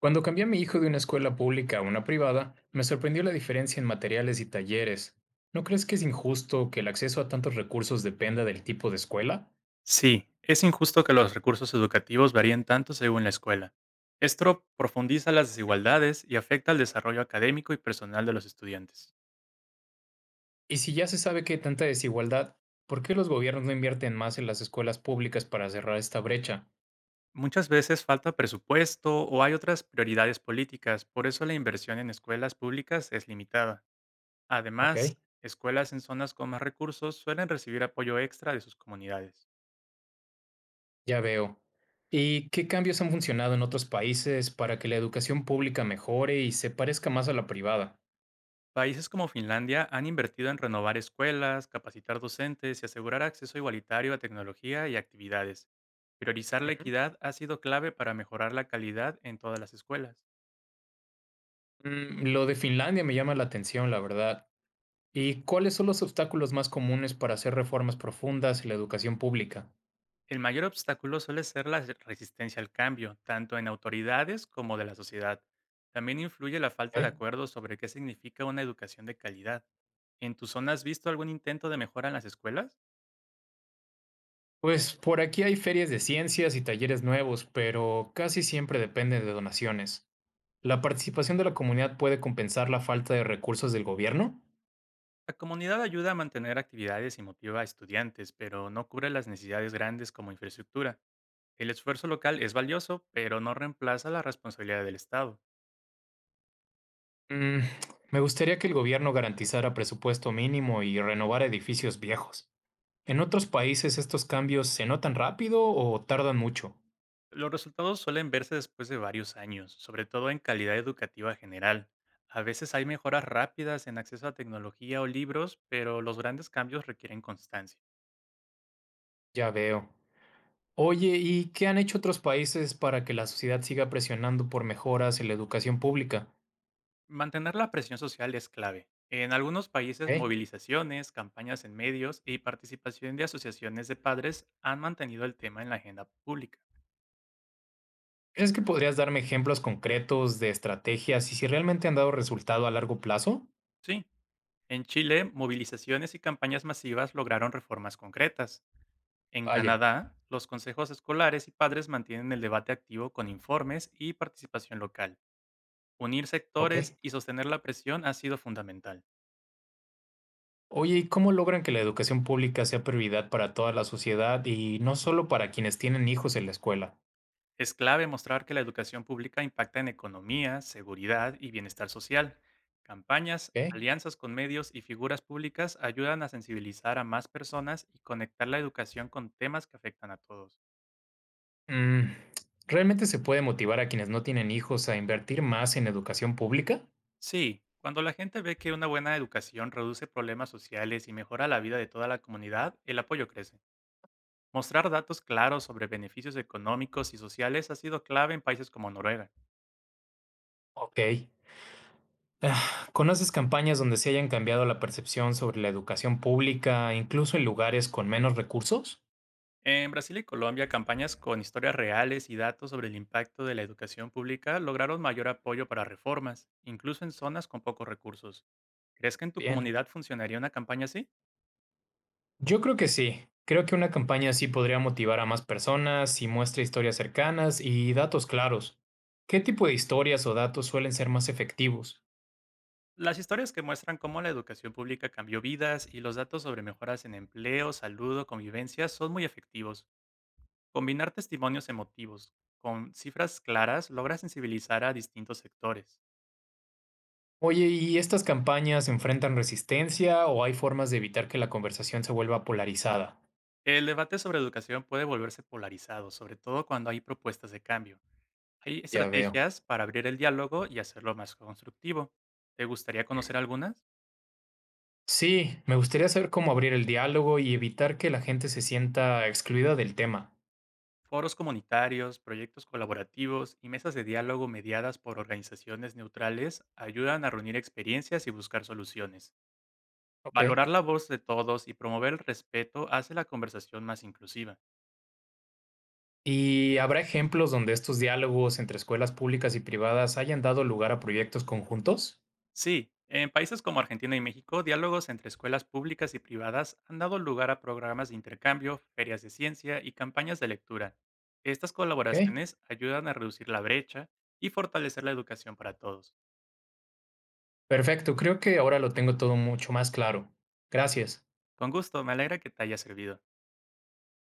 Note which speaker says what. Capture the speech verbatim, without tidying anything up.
Speaker 1: Cuando cambié a mi hijo de una escuela pública a una privada, me sorprendió la diferencia en materiales y talleres. ¿No crees que es injusto que el acceso a tantos recursos dependa del tipo de escuela?
Speaker 2: Sí, es injusto que los recursos educativos varíen tanto según la escuela. Esto profundiza las desigualdades y afecta al desarrollo académico y personal de los estudiantes.
Speaker 1: Y si ya se sabe que hay tanta desigualdad, ¿por qué los gobiernos no invierten más en las escuelas públicas para cerrar esta brecha?
Speaker 2: Muchas veces falta presupuesto o hay otras prioridades políticas, por eso la inversión en escuelas públicas es limitada.
Speaker 1: Ok,
Speaker 2: Además, escuelas en zonas con más recursos suelen recibir apoyo extra de sus comunidades.
Speaker 1: ya veo. ¿Y qué cambios han funcionado en otros países para que la educación pública mejore y se parezca más a la privada?
Speaker 2: Países como Finlandia han invertido en renovar escuelas, capacitar docentes y asegurar acceso igualitario a tecnología y actividades. Priorizar la
Speaker 1: Ujú.
Speaker 2: equidad ha sido clave para mejorar la calidad en todas las escuelas.
Speaker 1: Mm, lo de Finlandia me llama la atención, la verdad. ¿Y cuáles son los obstáculos más comunes para hacer reformas profundas en la educación pública?
Speaker 2: El mayor obstáculo suele ser la resistencia al cambio, tanto en autoridades como de la sociedad. También influye la falta de
Speaker 1: ¿Eh?
Speaker 2: acuerdo sobre qué significa una educación de calidad. ¿En tu zona has visto algún intento de mejora en las escuelas?
Speaker 1: Pues por aquí hay ferias de ciencias y talleres nuevos, pero casi siempre depende de donaciones. ¿La participación de la comunidad puede compensar la falta de recursos del gobierno?
Speaker 2: La comunidad ayuda a mantener actividades y motiva a estudiantes, pero no cubre las necesidades grandes como infraestructura. El esfuerzo local es valioso, pero no reemplaza la responsabilidad del Estado.
Speaker 1: Mm, Me gustaría que el gobierno garantizara presupuesto mínimo y renovara edificios viejos. ¿En otros países estos cambios se notan rápido o tardan mucho?
Speaker 2: Los resultados suelen verse después de varios años, sobre todo en calidad educativa general. A veces hay mejoras rápidas en acceso a tecnología o libros, pero los grandes cambios requieren constancia.
Speaker 1: Ya veo. Oye, ¿y qué han hecho otros países para que la sociedad siga presionando por mejoras en la educación pública?
Speaker 2: Mantener la presión social es clave. En algunos países,
Speaker 1: ¿Eh?
Speaker 2: movilizaciones, campañas en medios y participación de asociaciones de padres han mantenido el tema en la agenda pública.
Speaker 1: ¿Crees que podrías darme ejemplos concretos de estrategias y si realmente han dado resultado a largo plazo?
Speaker 2: Sí, en Chile, movilizaciones y campañas masivas lograron reformas concretas. En
Speaker 1: Vaya,
Speaker 2: Canadá, los consejos escolares y padres mantienen el debate activo con informes y participación local. Unir
Speaker 1: ok.
Speaker 2: sectores y sostener la presión ha sido fundamental.
Speaker 1: Oye, ¿y cómo logran que la educación pública sea prioridad para toda la sociedad y no solo para quienes tienen hijos en la escuela?
Speaker 2: Es clave mostrar que la educación pública impacta en economía, seguridad y bienestar social. Campañas,
Speaker 1: ¿Ok?
Speaker 2: alianzas con medios y figuras públicas ayudan a sensibilizar a más personas y conectar la educación con temas que afectan a todos.
Speaker 1: Mm, ¿Realmente se puede motivar a quienes no tienen hijos a invertir más en educación pública?
Speaker 2: Sí, cuando la gente ve que una buena educación reduce problemas sociales y mejora la vida de toda la comunidad, el apoyo crece. Mostrar datos claros sobre beneficios económicos y sociales ha sido clave en países como Noruega.
Speaker 1: Ok. Ah, ¿conoces campañas donde se hayan cambiado la percepción sobre la educación pública, incluso en lugares con menos recursos?
Speaker 2: En Brasil y Colombia, campañas con historias reales y datos sobre el impacto de la educación pública lograron mayor apoyo para reformas, incluso en zonas con pocos recursos. ¿Crees que en tu
Speaker 1: Bien,
Speaker 2: comunidad funcionaría una campaña así?
Speaker 1: yo creo que sí. Creo que una campaña así podría motivar a más personas si muestra historias cercanas y datos claros. ¿Qué tipo de historias o datos suelen ser más efectivos?
Speaker 2: Las historias que muestran cómo la educación pública cambió vidas y los datos sobre mejoras en empleo, salud o convivencia son muy efectivos. Combinar testimonios emotivos con cifras claras logra sensibilizar a distintos sectores.
Speaker 1: Oye, ¿y estas campañas enfrentan resistencia o hay formas de evitar que la conversación se vuelva polarizada?
Speaker 2: El debate sobre educación puede volverse polarizado, sobre todo cuando hay propuestas de cambio. Hay
Speaker 1: Ya veo.
Speaker 2: estrategias para abrir el diálogo y hacerlo más constructivo. ¿Te gustaría conocer algunas?
Speaker 1: Sí, me gustaría saber cómo abrir el diálogo y evitar que la gente se sienta excluida del tema.
Speaker 2: Foros comunitarios, proyectos colaborativos y mesas de diálogo mediadas por organizaciones neutrales ayudan a reunir experiencias y buscar soluciones.
Speaker 1: Ok.
Speaker 2: Valorar la voz de todos y promover el respeto hace la conversación más inclusiva.
Speaker 1: ¿Y habrá ejemplos donde estos diálogos entre escuelas públicas y privadas hayan dado lugar a proyectos conjuntos?
Speaker 2: Sí, en países como Argentina y México, diálogos entre escuelas públicas y privadas han dado lugar a programas de intercambio, ferias de ciencia y campañas de lectura. Estas
Speaker 1: Ok.
Speaker 2: colaboraciones ayudan a reducir la brecha y fortalecer la educación para todos.
Speaker 1: Perfecto, creo que ahora lo tengo todo mucho más claro. Gracias.
Speaker 2: Con gusto, me alegra que te haya servido.